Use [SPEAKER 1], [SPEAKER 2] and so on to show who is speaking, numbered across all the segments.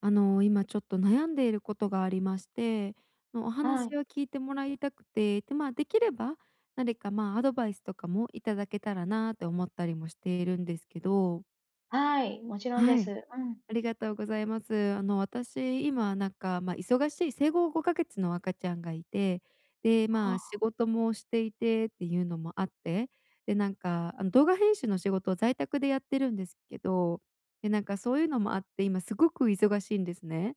[SPEAKER 1] 今ちょっと悩んでいることがありまして、お
[SPEAKER 2] はい。
[SPEAKER 1] 話を聞いてもらいたくて、で、まあ、できれば、何か、まあ、アドバイスとかもいただけたらなって思ったりもしているんですけど。
[SPEAKER 2] はい、もちろんで
[SPEAKER 1] はい、
[SPEAKER 2] す。うん。
[SPEAKER 1] ありがとうございます。私、今なんか、まあ、忙しい生後5か月の赤ちゃんがいて、で、ま
[SPEAKER 2] は
[SPEAKER 1] あ、仕
[SPEAKER 2] あ。
[SPEAKER 1] 事もしていてっていうのもあって、で、なんか、あの、動画編集の仕事を在宅でやってるんですけど、で、なんかそういうのもあって、今すごく忙しいんですね。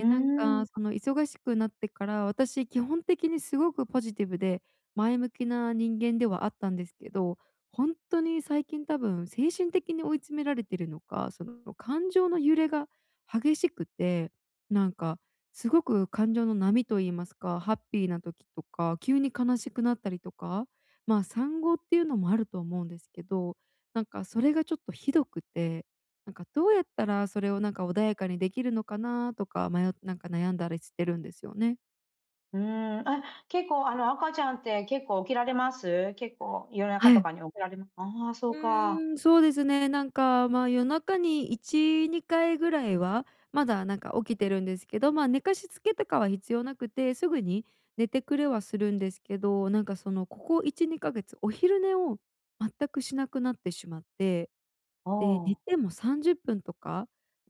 [SPEAKER 2] うー
[SPEAKER 1] なん
[SPEAKER 2] ん、
[SPEAKER 1] かその忙しくなってから、私基本的にすごくポジティブで前向きな人間ではあったんですけど、本当に最近多分精神的に追い詰められてるのか、その感情の揺れが激しくて、なんかすごく感情の波と言いますか、ハッピーな時とか、急に悲しくなったりとか、まあ産後っていうのもあると思うんですけど、それがちょっとひどくてどうやったらそれを穏やかにできるのかなとか、悩んだりしてるんですよね。
[SPEAKER 2] うーん、あ、結構赤ちゃんって結構起きられます？結構夜中
[SPEAKER 1] は
[SPEAKER 2] と
[SPEAKER 1] い。
[SPEAKER 2] かに起きられます。ああ、そう
[SPEAKER 1] う
[SPEAKER 2] か。
[SPEAKER 1] ーん、そうですね。夜中に1、2回ぐらいは、まだ起きてるんですけど、まあ、寝かしつけとかは必要なくて、すぐに寝てくれはするんですけど、そのここ1、2ヶ月お昼寝を全くしなくなってしまって。
[SPEAKER 2] お
[SPEAKER 1] で、寝
[SPEAKER 2] お。
[SPEAKER 1] ても30分とか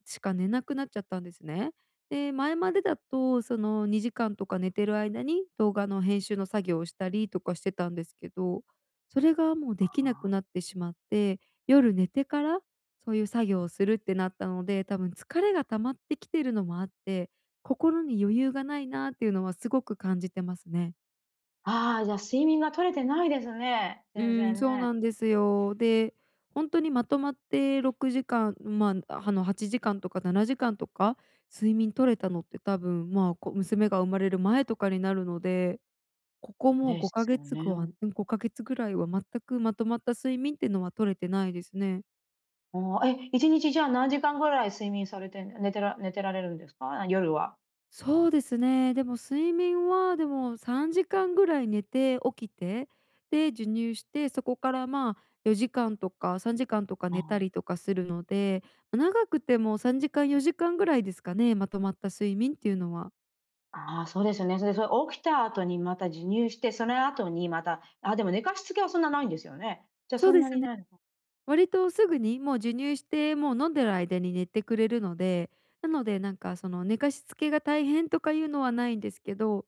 [SPEAKER 1] しか寝なくなっちゃったんですね。で、前までだと、その、2時間とか寝てる間に動画の編集の作業をしたりとかしてたんですけど、それがもうできなくなってしまって、夜寝てからそういう作業をするってなったので、多分疲れが溜まってきてるのもあって、心に余裕がないなっていうのはすごく感じてますね。
[SPEAKER 2] ああ、じゃあ睡眠が取れてないですね、
[SPEAKER 1] う
[SPEAKER 2] 全
[SPEAKER 1] ん、
[SPEAKER 2] 然
[SPEAKER 1] そう
[SPEAKER 2] ね。
[SPEAKER 1] なんですよ。で、本当にまとまって6時間、8時間とか7時間とか、睡眠取れたのって多分、まあ、娘が生まれる前とかになるので、ここもう
[SPEAKER 2] で
[SPEAKER 1] 5
[SPEAKER 2] す
[SPEAKER 1] か
[SPEAKER 2] よ
[SPEAKER 1] 月
[SPEAKER 2] ね。
[SPEAKER 1] うん、月ぐらいは全くまとまった睡眠っていうのは取れてないですね。
[SPEAKER 2] おおえ、1日じゃあ何時間ぐらい睡眠されて寝てられるんですか？夜は。
[SPEAKER 1] そうですね。でも睡眠は3時間ぐらい寝て起きて、で、授乳して、そこからまあ4時間とか3時間とか寝たりとかするので、ま長くても3時間4時間ぐらいですかね、まとまった睡眠っていうのは。
[SPEAKER 2] ああー、そうですよね。それで、それ起きた後にまた授乳して、その後にまた、あ、でも寝かしつけはそんなないんですよね？じゃ、あ
[SPEAKER 1] そ
[SPEAKER 2] そ
[SPEAKER 1] う
[SPEAKER 2] ん
[SPEAKER 1] で
[SPEAKER 2] な
[SPEAKER 1] す
[SPEAKER 2] に
[SPEAKER 1] ね。
[SPEAKER 2] ない
[SPEAKER 1] 割とすぐにもう授乳して、もう飲んでる間に寝てくれるので、なのでその寝かしつけが大変とかいうのはないんですけど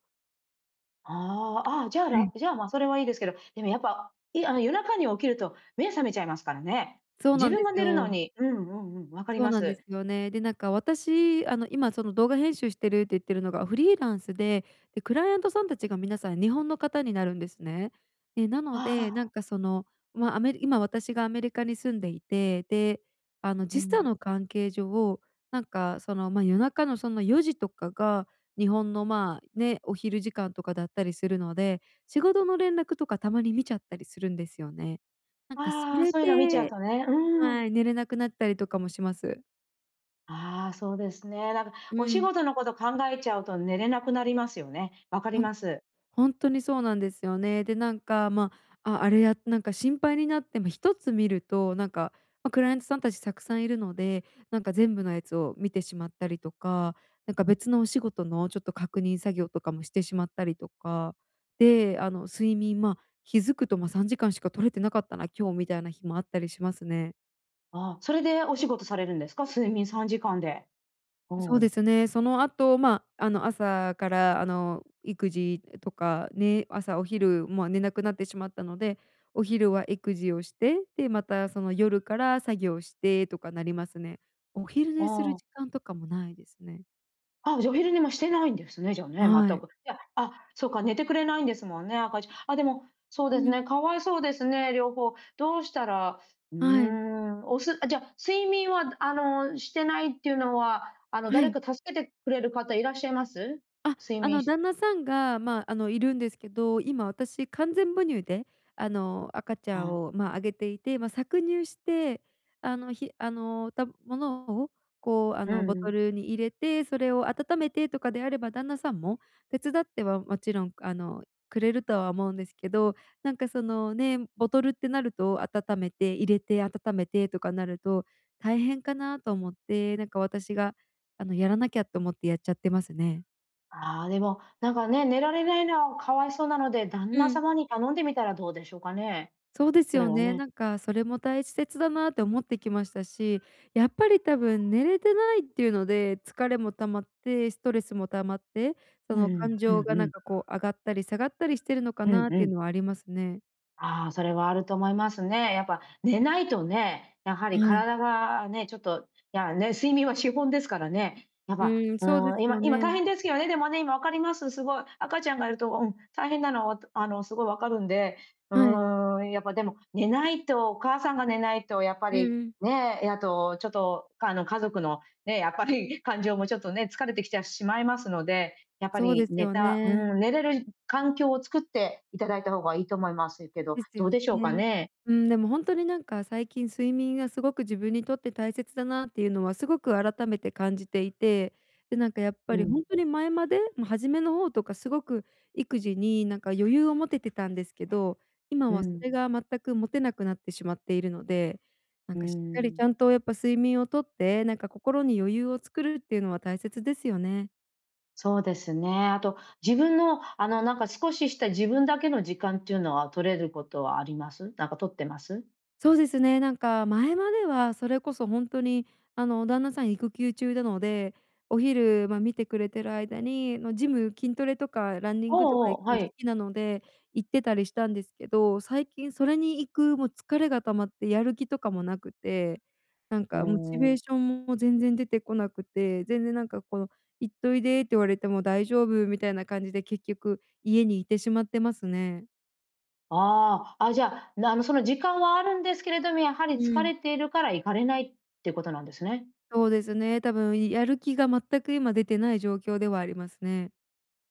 [SPEAKER 2] あーあー、あじゃあ、
[SPEAKER 1] は
[SPEAKER 2] ら
[SPEAKER 1] い。
[SPEAKER 2] じゃあ、ま、それはいいですけど、でもやっぱ、いあの、夜中に起きると目覚めちゃいますからね。
[SPEAKER 1] そう
[SPEAKER 2] 自
[SPEAKER 1] なん
[SPEAKER 2] 分
[SPEAKER 1] で
[SPEAKER 2] が
[SPEAKER 1] す
[SPEAKER 2] 寝るの
[SPEAKER 1] よ。
[SPEAKER 2] に分かり
[SPEAKER 1] そう
[SPEAKER 2] ま
[SPEAKER 1] なんです
[SPEAKER 2] す。
[SPEAKER 1] よね。で、なんか私、今その動画編集してるって言ってるのがフリーランスで、で、クライアントさんたちが皆さん日本の方になるんですね。で、なので、な
[SPEAKER 2] ああ、
[SPEAKER 1] んかその、まあ、アメリ今私がアメリカに住んでいて、で、
[SPEAKER 2] う
[SPEAKER 1] 時差
[SPEAKER 2] ん。
[SPEAKER 1] の関係上、夜中のその4時とかが日本の、まあ、ね、お昼時間とかだったりするので、仕事の連絡とかたまに見ちゃったりするんですよね。そ
[SPEAKER 2] ああ、
[SPEAKER 1] れ
[SPEAKER 2] そういうの見ちゃう
[SPEAKER 1] で
[SPEAKER 2] とね、うん。
[SPEAKER 1] はい、寝れなくなったりとかもします。
[SPEAKER 2] ああ、そうですね。なんか
[SPEAKER 1] う
[SPEAKER 2] お仕
[SPEAKER 1] ん、
[SPEAKER 2] 事のこと考えちゃうと寝れなくなりますよね。分かり
[SPEAKER 1] ほん
[SPEAKER 2] ます。
[SPEAKER 1] ほんとにそうなんですよね。で、なんか、ま、あ、あれや心配になって、ま、1つ見ると、クライアントさんたちたくさんいるので、全部のやつを見てしまったりとか、別のお仕事のちょっと確認作業とかもしてしまったりとか、で、あの、睡眠、気づくと、3時間しか取れてなかったな今日みたいな日もあったりしますね。
[SPEAKER 2] ああ、それでお仕事されるんですか？睡眠3時間で。お
[SPEAKER 1] そうで
[SPEAKER 2] お、
[SPEAKER 1] すね。その後、朝から、育児とかね、お昼、まあ、寝なくなってしまったので、お昼は育児をして、で、またその夜から作業してとかなりますね。お昼
[SPEAKER 2] あ
[SPEAKER 1] 寝する
[SPEAKER 2] あ。
[SPEAKER 1] 時間とかもないですね。
[SPEAKER 2] あ、じゃ、お昼寝もしてないんですね、じゃあね、
[SPEAKER 1] は
[SPEAKER 2] 全く。
[SPEAKER 1] い。
[SPEAKER 2] いや、あ、そうか、寝てくれないんですもんね、赤ちゃん。あ、でも、そう
[SPEAKER 1] う
[SPEAKER 2] です
[SPEAKER 1] ん。
[SPEAKER 2] ね、かわいそうですね、両方。どうしたら、うー
[SPEAKER 1] はい。
[SPEAKER 2] ん、おすあ、じゃあ、睡眠は、あの、してないっていうのは、あの、
[SPEAKER 1] は
[SPEAKER 2] 誰
[SPEAKER 1] い。
[SPEAKER 2] か助けてくれる方いらっしゃいます？睡眠し
[SPEAKER 1] 旦那さんが、いるんですけど、今私完全母乳で、赤ち
[SPEAKER 2] あ
[SPEAKER 1] ゃんを、まあ、あげていて、まあ、搾乳して、あの、ひあの、たものを、
[SPEAKER 2] うん
[SPEAKER 1] ボ
[SPEAKER 2] う
[SPEAKER 1] ト
[SPEAKER 2] ん。
[SPEAKER 1] ルに入れて、それを温めてとかであれば、旦那さんも手伝ってはもちろん、くれるとは思うんですけど、ボトルってなると温めて、入れて温めてとかなると大変かなと思って、私が、やらなきゃと思ってやっちゃってますね。
[SPEAKER 2] ああ、でも、なんかね、寝られないのはかわいそうなので、旦
[SPEAKER 1] う
[SPEAKER 2] 那
[SPEAKER 1] ん
[SPEAKER 2] 様に頼んでみたらどうでしょうかね。
[SPEAKER 1] そうです
[SPEAKER 2] それ
[SPEAKER 1] よ
[SPEAKER 2] は
[SPEAKER 1] ね。
[SPEAKER 2] ね。
[SPEAKER 1] それも大切だなって思ってきましたし、やっぱり多分寝れてないっていうので、疲れも溜まって、ストレスも溜まって、
[SPEAKER 2] う
[SPEAKER 1] その
[SPEAKER 2] ん、
[SPEAKER 1] 感
[SPEAKER 2] う
[SPEAKER 1] 情
[SPEAKER 2] ん
[SPEAKER 1] が
[SPEAKER 2] うん、
[SPEAKER 1] こう上がったり下がったりしてるのか
[SPEAKER 2] うん
[SPEAKER 1] なっ
[SPEAKER 2] う
[SPEAKER 1] ていう
[SPEAKER 2] ん。
[SPEAKER 1] のはありますね。
[SPEAKER 2] ああ、それはあると思いますね。やっぱ寝ないとね、やはり
[SPEAKER 1] はい。
[SPEAKER 2] 体がね、ちょっと、いやね、睡眠は資本ですからね。やっぱ、
[SPEAKER 1] うん、そうで
[SPEAKER 2] うん、
[SPEAKER 1] す
[SPEAKER 2] 今
[SPEAKER 1] よ
[SPEAKER 2] 今
[SPEAKER 1] ね。
[SPEAKER 2] 大変ですけどね、でもね、今わかります。すごい赤ちゃんがいると、うん、大変なのは、あの、すごいわかるんで、う
[SPEAKER 1] はい。
[SPEAKER 2] ーん、やっぱでも寝ないとお母さんが寝ないとやっぱ
[SPEAKER 1] うん
[SPEAKER 2] り、
[SPEAKER 1] うん。
[SPEAKER 2] ね、あとちょっと、あの、家族のね、やっぱり感情もちょっとね、疲れてきてしまいますので、やっぱ
[SPEAKER 1] そう
[SPEAKER 2] り
[SPEAKER 1] です
[SPEAKER 2] 寝
[SPEAKER 1] よ
[SPEAKER 2] たう
[SPEAKER 1] ね。
[SPEAKER 2] ん、寝れる環境を作っていただいた方がいいと思いますけど、
[SPEAKER 1] です
[SPEAKER 2] どう
[SPEAKER 1] よ
[SPEAKER 2] でしょうか
[SPEAKER 1] ね。
[SPEAKER 2] ね？
[SPEAKER 1] うん、でも本当に最近睡眠がすごく自分にとって大切だなっていうのはすごく改めて感じていて、で、やっ
[SPEAKER 2] う
[SPEAKER 1] ぱり
[SPEAKER 2] ん。
[SPEAKER 1] 本当に前まで、初めの方とかすごく育児に余裕を持ててたんですけど、今
[SPEAKER 2] う
[SPEAKER 1] はそ
[SPEAKER 2] ん、
[SPEAKER 1] れが全く持てなくなってしまっているので、
[SPEAKER 2] う
[SPEAKER 1] しっかりち
[SPEAKER 2] ん。
[SPEAKER 1] ゃんとやっぱ睡眠をとって、心に余裕を作るっていうのは大切ですよね。
[SPEAKER 2] そうですね。あと、自分の、あの、なんか少しした自分だけの時間っていうのは取れることはあります？なんか取ってます？
[SPEAKER 1] そうですね、前まではそれこそ本当に、旦那さん育休中なので、お昼、まあ、見てくれてる間に、ジム、筋トレとかランニングとか
[SPEAKER 2] おうお
[SPEAKER 1] 行
[SPEAKER 2] う、
[SPEAKER 1] く
[SPEAKER 2] は
[SPEAKER 1] の好
[SPEAKER 2] い。
[SPEAKER 1] きなので、行ってたりしたんですけど、最近それに行く、もう疲れが溜まってやる気とかもなくて、
[SPEAKER 2] う
[SPEAKER 1] モチ
[SPEAKER 2] ー
[SPEAKER 1] ベ
[SPEAKER 2] ん。
[SPEAKER 1] ーションも全然出てこなくて、全然この「行っといで」って言われても「大丈夫」みたいな感じで結局家にいてしまってますね。
[SPEAKER 2] ああ、あ、じゃあ、なあの、その時間はあるんですけれども、やはり
[SPEAKER 1] う
[SPEAKER 2] 疲
[SPEAKER 1] ん。
[SPEAKER 2] れているから行かれないっていうことなんですね。
[SPEAKER 1] そうですね、多分やる気が全く今出てない状況ではありますね。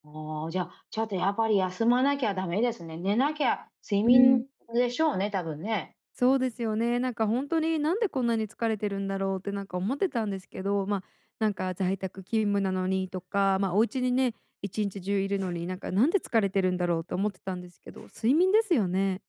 [SPEAKER 2] ああ、じゃあ、ちょっとやっぱり休まなきゃダメですね。寝なきゃ睡
[SPEAKER 1] うん。
[SPEAKER 2] 眠でしょうね、多分ね。
[SPEAKER 1] そうですよね。本当になんでこんなに疲れてるんだろうって思ってたんですけど、在宅勤務なのにとか、ま、お家にね、1日中いるのになんで疲れてるんだろうと思ってたんですけど、睡眠ですよね。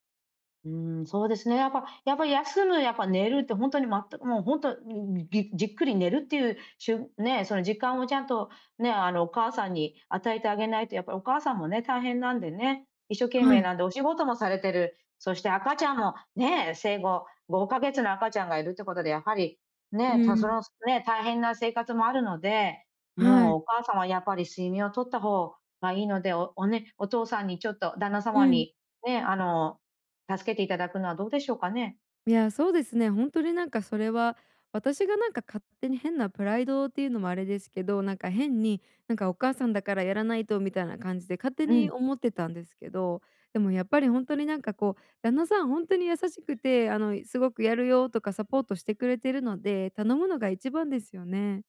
[SPEAKER 2] うーん、そうですね。やっぱり休む、やっぱ寝るって本当に全くもう本当にじっくり寝るっていうしゅね、その時間をちゃんとね、あの、お母さんに与えてあげないと、やっぱりお母さんもね、大変なんでね、一生懸
[SPEAKER 1] は
[SPEAKER 2] 命
[SPEAKER 1] い。
[SPEAKER 2] なんでお仕事もされてる、そして赤ちゃんもね、生後5か月の赤ちゃんがいるってことで、やはり
[SPEAKER 1] う
[SPEAKER 2] ね、たそ
[SPEAKER 1] ん。
[SPEAKER 2] のね、大変な生活もあるので、
[SPEAKER 1] は
[SPEAKER 2] もう
[SPEAKER 1] い。
[SPEAKER 2] お母さんはやっぱり睡眠を取った方がいいので、ね、お父さんにちょっと旦那
[SPEAKER 1] う
[SPEAKER 2] 様
[SPEAKER 1] ん。
[SPEAKER 2] にね、あの助けていただくのはどうでしょうかね？
[SPEAKER 1] いや、そうですね。本当にそれは、私が勝手に変なプライドっていうのもあれですけど、変に、お母さんだからやらないとみたいな感じで勝手
[SPEAKER 2] う
[SPEAKER 1] に
[SPEAKER 2] ん、
[SPEAKER 1] 思ってたんですけど、でもやっぱり本当に旦那さん本当に優しくて、すごくやるよとかサポートしてくれてるので、頼むのが一番ですよね。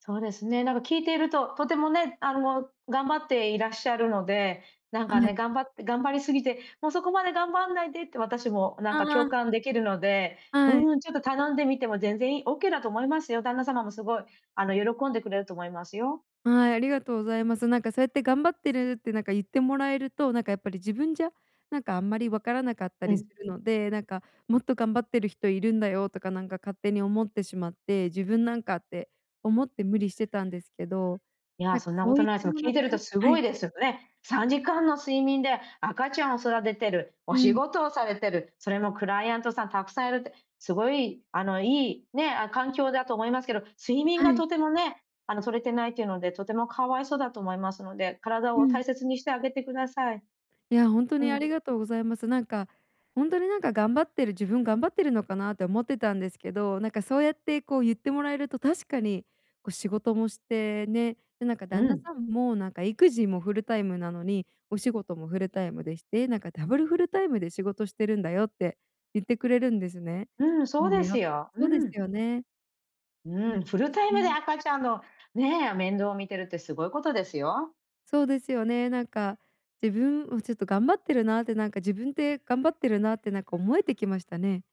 [SPEAKER 2] そうですね。なんか聞いていると、とてもね、あの、頑張っていらっしゃるので、なん
[SPEAKER 1] は
[SPEAKER 2] かね、
[SPEAKER 1] い。
[SPEAKER 2] 頑張って頑張りすぎて、もうそこまで頑張んないでって私もなんか共
[SPEAKER 1] あ
[SPEAKER 2] 感できるので、
[SPEAKER 1] あ、はい。
[SPEAKER 2] うん、ちょっと頼んでみても全然いいオッケーだと思いますよ。旦那様もすごい、あの、喜んでくれると思いますよ。
[SPEAKER 1] はい、ありがとうございます。そうやって頑張ってるって言ってもらえると、やっぱり自分じゃ、あんまりわからなかった
[SPEAKER 2] う
[SPEAKER 1] り
[SPEAKER 2] ん。
[SPEAKER 1] するので、もっと頑張ってる人いるんだよとか勝手に思ってしまって、自分なんかって思って無理してたんですけど、
[SPEAKER 2] いや、そんな
[SPEAKER 1] そ
[SPEAKER 2] こ
[SPEAKER 1] う
[SPEAKER 2] と
[SPEAKER 1] 言っ
[SPEAKER 2] ないです。
[SPEAKER 1] て
[SPEAKER 2] もう
[SPEAKER 1] もら
[SPEAKER 2] 聞い
[SPEAKER 1] って
[SPEAKER 2] てるとす
[SPEAKER 1] は
[SPEAKER 2] ごい
[SPEAKER 1] い、
[SPEAKER 2] ですよね。3時間の睡眠で赤ちゃんを育ててる、お
[SPEAKER 1] う
[SPEAKER 2] 仕
[SPEAKER 1] ん、
[SPEAKER 2] 事をされてる、それもクライアントさんたくさんいるって、すごい、あの、いい、ね、あ、環境だと思いますけど、睡眠
[SPEAKER 1] は
[SPEAKER 2] が
[SPEAKER 1] い、
[SPEAKER 2] とてもね、あの、取れてないっていうので、とてもかわいそうだと思いますので、体
[SPEAKER 1] う
[SPEAKER 2] を
[SPEAKER 1] ん。
[SPEAKER 2] 大切にしてあげてください。
[SPEAKER 1] いや、本当に
[SPEAKER 2] う
[SPEAKER 1] あ
[SPEAKER 2] ん。
[SPEAKER 1] りがとうございます。本当に頑張ってる自分頑張ってるのかなって思ってたんですけど、そうやってこう言ってもらえると確かに、こう仕事もしてね、で、
[SPEAKER 2] う
[SPEAKER 1] 旦那
[SPEAKER 2] ん。
[SPEAKER 1] さんも育児もフルタイムなのに、お仕事もフルタイムでして、ダブルフルタイムで仕事してるんだよって言ってくれるんですね。
[SPEAKER 2] うん、そう
[SPEAKER 1] なんで、
[SPEAKER 2] で
[SPEAKER 1] や
[SPEAKER 2] すよ。
[SPEAKER 1] そうで
[SPEAKER 2] う
[SPEAKER 1] す
[SPEAKER 2] ん。
[SPEAKER 1] よね。なん
[SPEAKER 2] う
[SPEAKER 1] か
[SPEAKER 2] ん、フルタイ
[SPEAKER 1] う
[SPEAKER 2] ムで
[SPEAKER 1] ん、
[SPEAKER 2] 赤ちゃんのね、面倒を見てるってすごいことですよ。
[SPEAKER 1] そうですよね。自分、ちょっと頑張ってるなって、自分って頑張ってるなって思えてきましたね。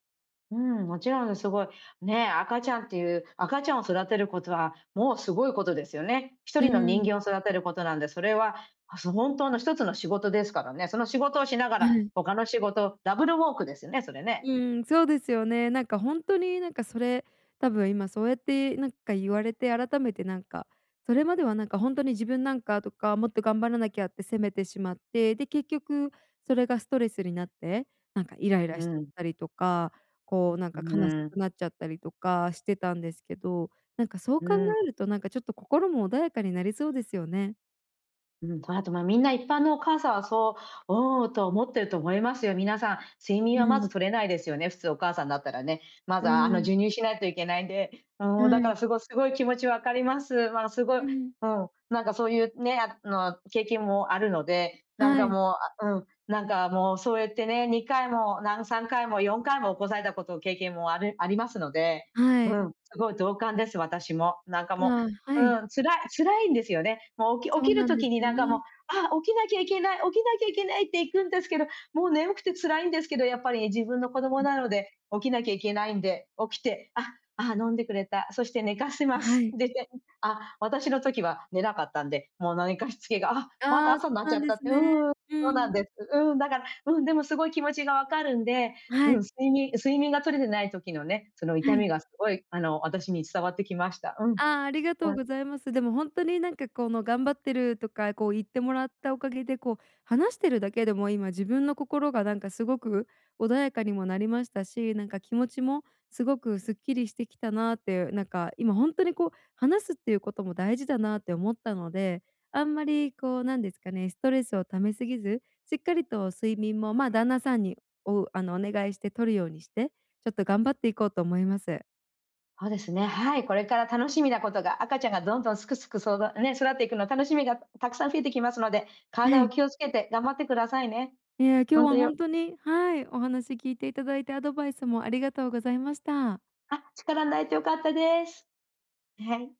[SPEAKER 2] うん、もちろんすごい。ね、赤ちゃんっていう赤ちゃんを育てることは、もうすごいことですよね。一
[SPEAKER 1] う
[SPEAKER 2] 人の人
[SPEAKER 1] ん、
[SPEAKER 2] 間を育てることなんで、それは、あ、そう本当の一つの仕事ですからね。その仕事をしなが
[SPEAKER 1] は
[SPEAKER 2] ら、
[SPEAKER 1] い。
[SPEAKER 2] 他の仕事、ダブルワークですよね、それね。
[SPEAKER 1] うん、そうですよね。ほんとにそれ、多分今そうやって言われて改めてそれまではなんかほんとに自分なんかとか、もっと頑張らなきゃって責めてしまって、で、結局それがストレスになって、イライ
[SPEAKER 2] う
[SPEAKER 1] ラしちゃっ
[SPEAKER 2] ん、
[SPEAKER 1] たりとか、こう
[SPEAKER 2] う
[SPEAKER 1] 悲し
[SPEAKER 2] ん、
[SPEAKER 1] くなっちゃったりとかしてたんですけど、そう
[SPEAKER 2] う
[SPEAKER 1] 考
[SPEAKER 2] ん。
[SPEAKER 1] えるとちょっと心も穏やかになりそうですよね。
[SPEAKER 2] うん、あと、まあ、みんな一般のお母さんはそう、おおと思ってると思いますよ。皆さん、睡眠
[SPEAKER 1] う
[SPEAKER 2] はま
[SPEAKER 1] ん、
[SPEAKER 2] ず取れないですよね、普通お母さんだったらね。ま
[SPEAKER 1] う
[SPEAKER 2] ず、あの、
[SPEAKER 1] ん、
[SPEAKER 2] 授乳しないといけないんで、うん、だ
[SPEAKER 1] は
[SPEAKER 2] か
[SPEAKER 1] い。
[SPEAKER 2] らすごいすごい気持ち分かります。まあ、すごい
[SPEAKER 1] うん、
[SPEAKER 2] うん、なんかそういうね、あの、経験もあるので、なん
[SPEAKER 1] は
[SPEAKER 2] か
[SPEAKER 1] い、
[SPEAKER 2] もう、あ、うん、なんかもうそうやってね、2回も、3回も4回も起こされたこと、経験もあるありますので、
[SPEAKER 1] は
[SPEAKER 2] う
[SPEAKER 1] い、
[SPEAKER 2] ん、すごい同感です、私も。なんかもう
[SPEAKER 1] ああ、
[SPEAKER 2] う
[SPEAKER 1] はい。
[SPEAKER 2] ん、辛いんですよね。もう起
[SPEAKER 1] そう
[SPEAKER 2] きる
[SPEAKER 1] なんで
[SPEAKER 2] 時
[SPEAKER 1] す
[SPEAKER 2] に
[SPEAKER 1] よ
[SPEAKER 2] なんかもう、
[SPEAKER 1] ね。
[SPEAKER 2] あ、起きなきゃいけないって行くんですけど、もう眠くて辛いんですけど、やっぱりね自分の子供なので、起きなきゃいけないんで、起きて、あ、飲んでくれた、そして寝かせま
[SPEAKER 1] は
[SPEAKER 2] す。
[SPEAKER 1] い。
[SPEAKER 2] で、で、あ、私の時は寝なかったんで、もう何かしつけが、あ、ま
[SPEAKER 1] あ
[SPEAKER 2] た
[SPEAKER 1] あ、そ
[SPEAKER 2] 朝にな
[SPEAKER 1] う
[SPEAKER 2] っち
[SPEAKER 1] な
[SPEAKER 2] ゃ
[SPEAKER 1] ん
[SPEAKER 2] っ
[SPEAKER 1] で
[SPEAKER 2] たっ
[SPEAKER 1] す
[SPEAKER 2] て、う
[SPEAKER 1] ね。
[SPEAKER 2] ーん、
[SPEAKER 1] う
[SPEAKER 2] そうなん
[SPEAKER 1] ん。
[SPEAKER 2] です。うん、だから、うん、でもすごい気持ちがわかるんで、うん、
[SPEAKER 1] はい、
[SPEAKER 2] 睡眠が取れてない時のね、その
[SPEAKER 1] は
[SPEAKER 2] 痛
[SPEAKER 1] い。
[SPEAKER 2] みがすごい、あの、私に伝わってきました。うん。
[SPEAKER 1] ああ、ありがと
[SPEAKER 2] う
[SPEAKER 1] う
[SPEAKER 2] ん。
[SPEAKER 1] ございます。でも本当にこの頑張ってるとか、こう言ってもらったおかげで、こう話してるだけでも今自分の心がすごく穏やかにもなりましたし、気持ちもすごくすっきりしてきたなって、今本当にこう話すっていうことも大事だなって思ったので、あんまりこうなんですかね、ストレスを溜めすぎず、しっかりと睡眠も、ま、旦那さんにおあのお願いして取るようにして、ちょっと頑張っていこうと思います。
[SPEAKER 2] そうですね、はい、これから楽しみなことが、赤ちゃんがどんどんすくすくそうだね、育っていくの楽しみがたくさん増えてきますので、
[SPEAKER 1] は
[SPEAKER 2] 体を
[SPEAKER 1] い。
[SPEAKER 2] 気をつけて頑張ってくださいね。
[SPEAKER 1] いや、今日
[SPEAKER 2] 本当
[SPEAKER 1] は
[SPEAKER 2] によ
[SPEAKER 1] 本当にはい、お話聞いていただいてアドバイスもありがとうございました。
[SPEAKER 2] あ、力になれて良かったです。はい。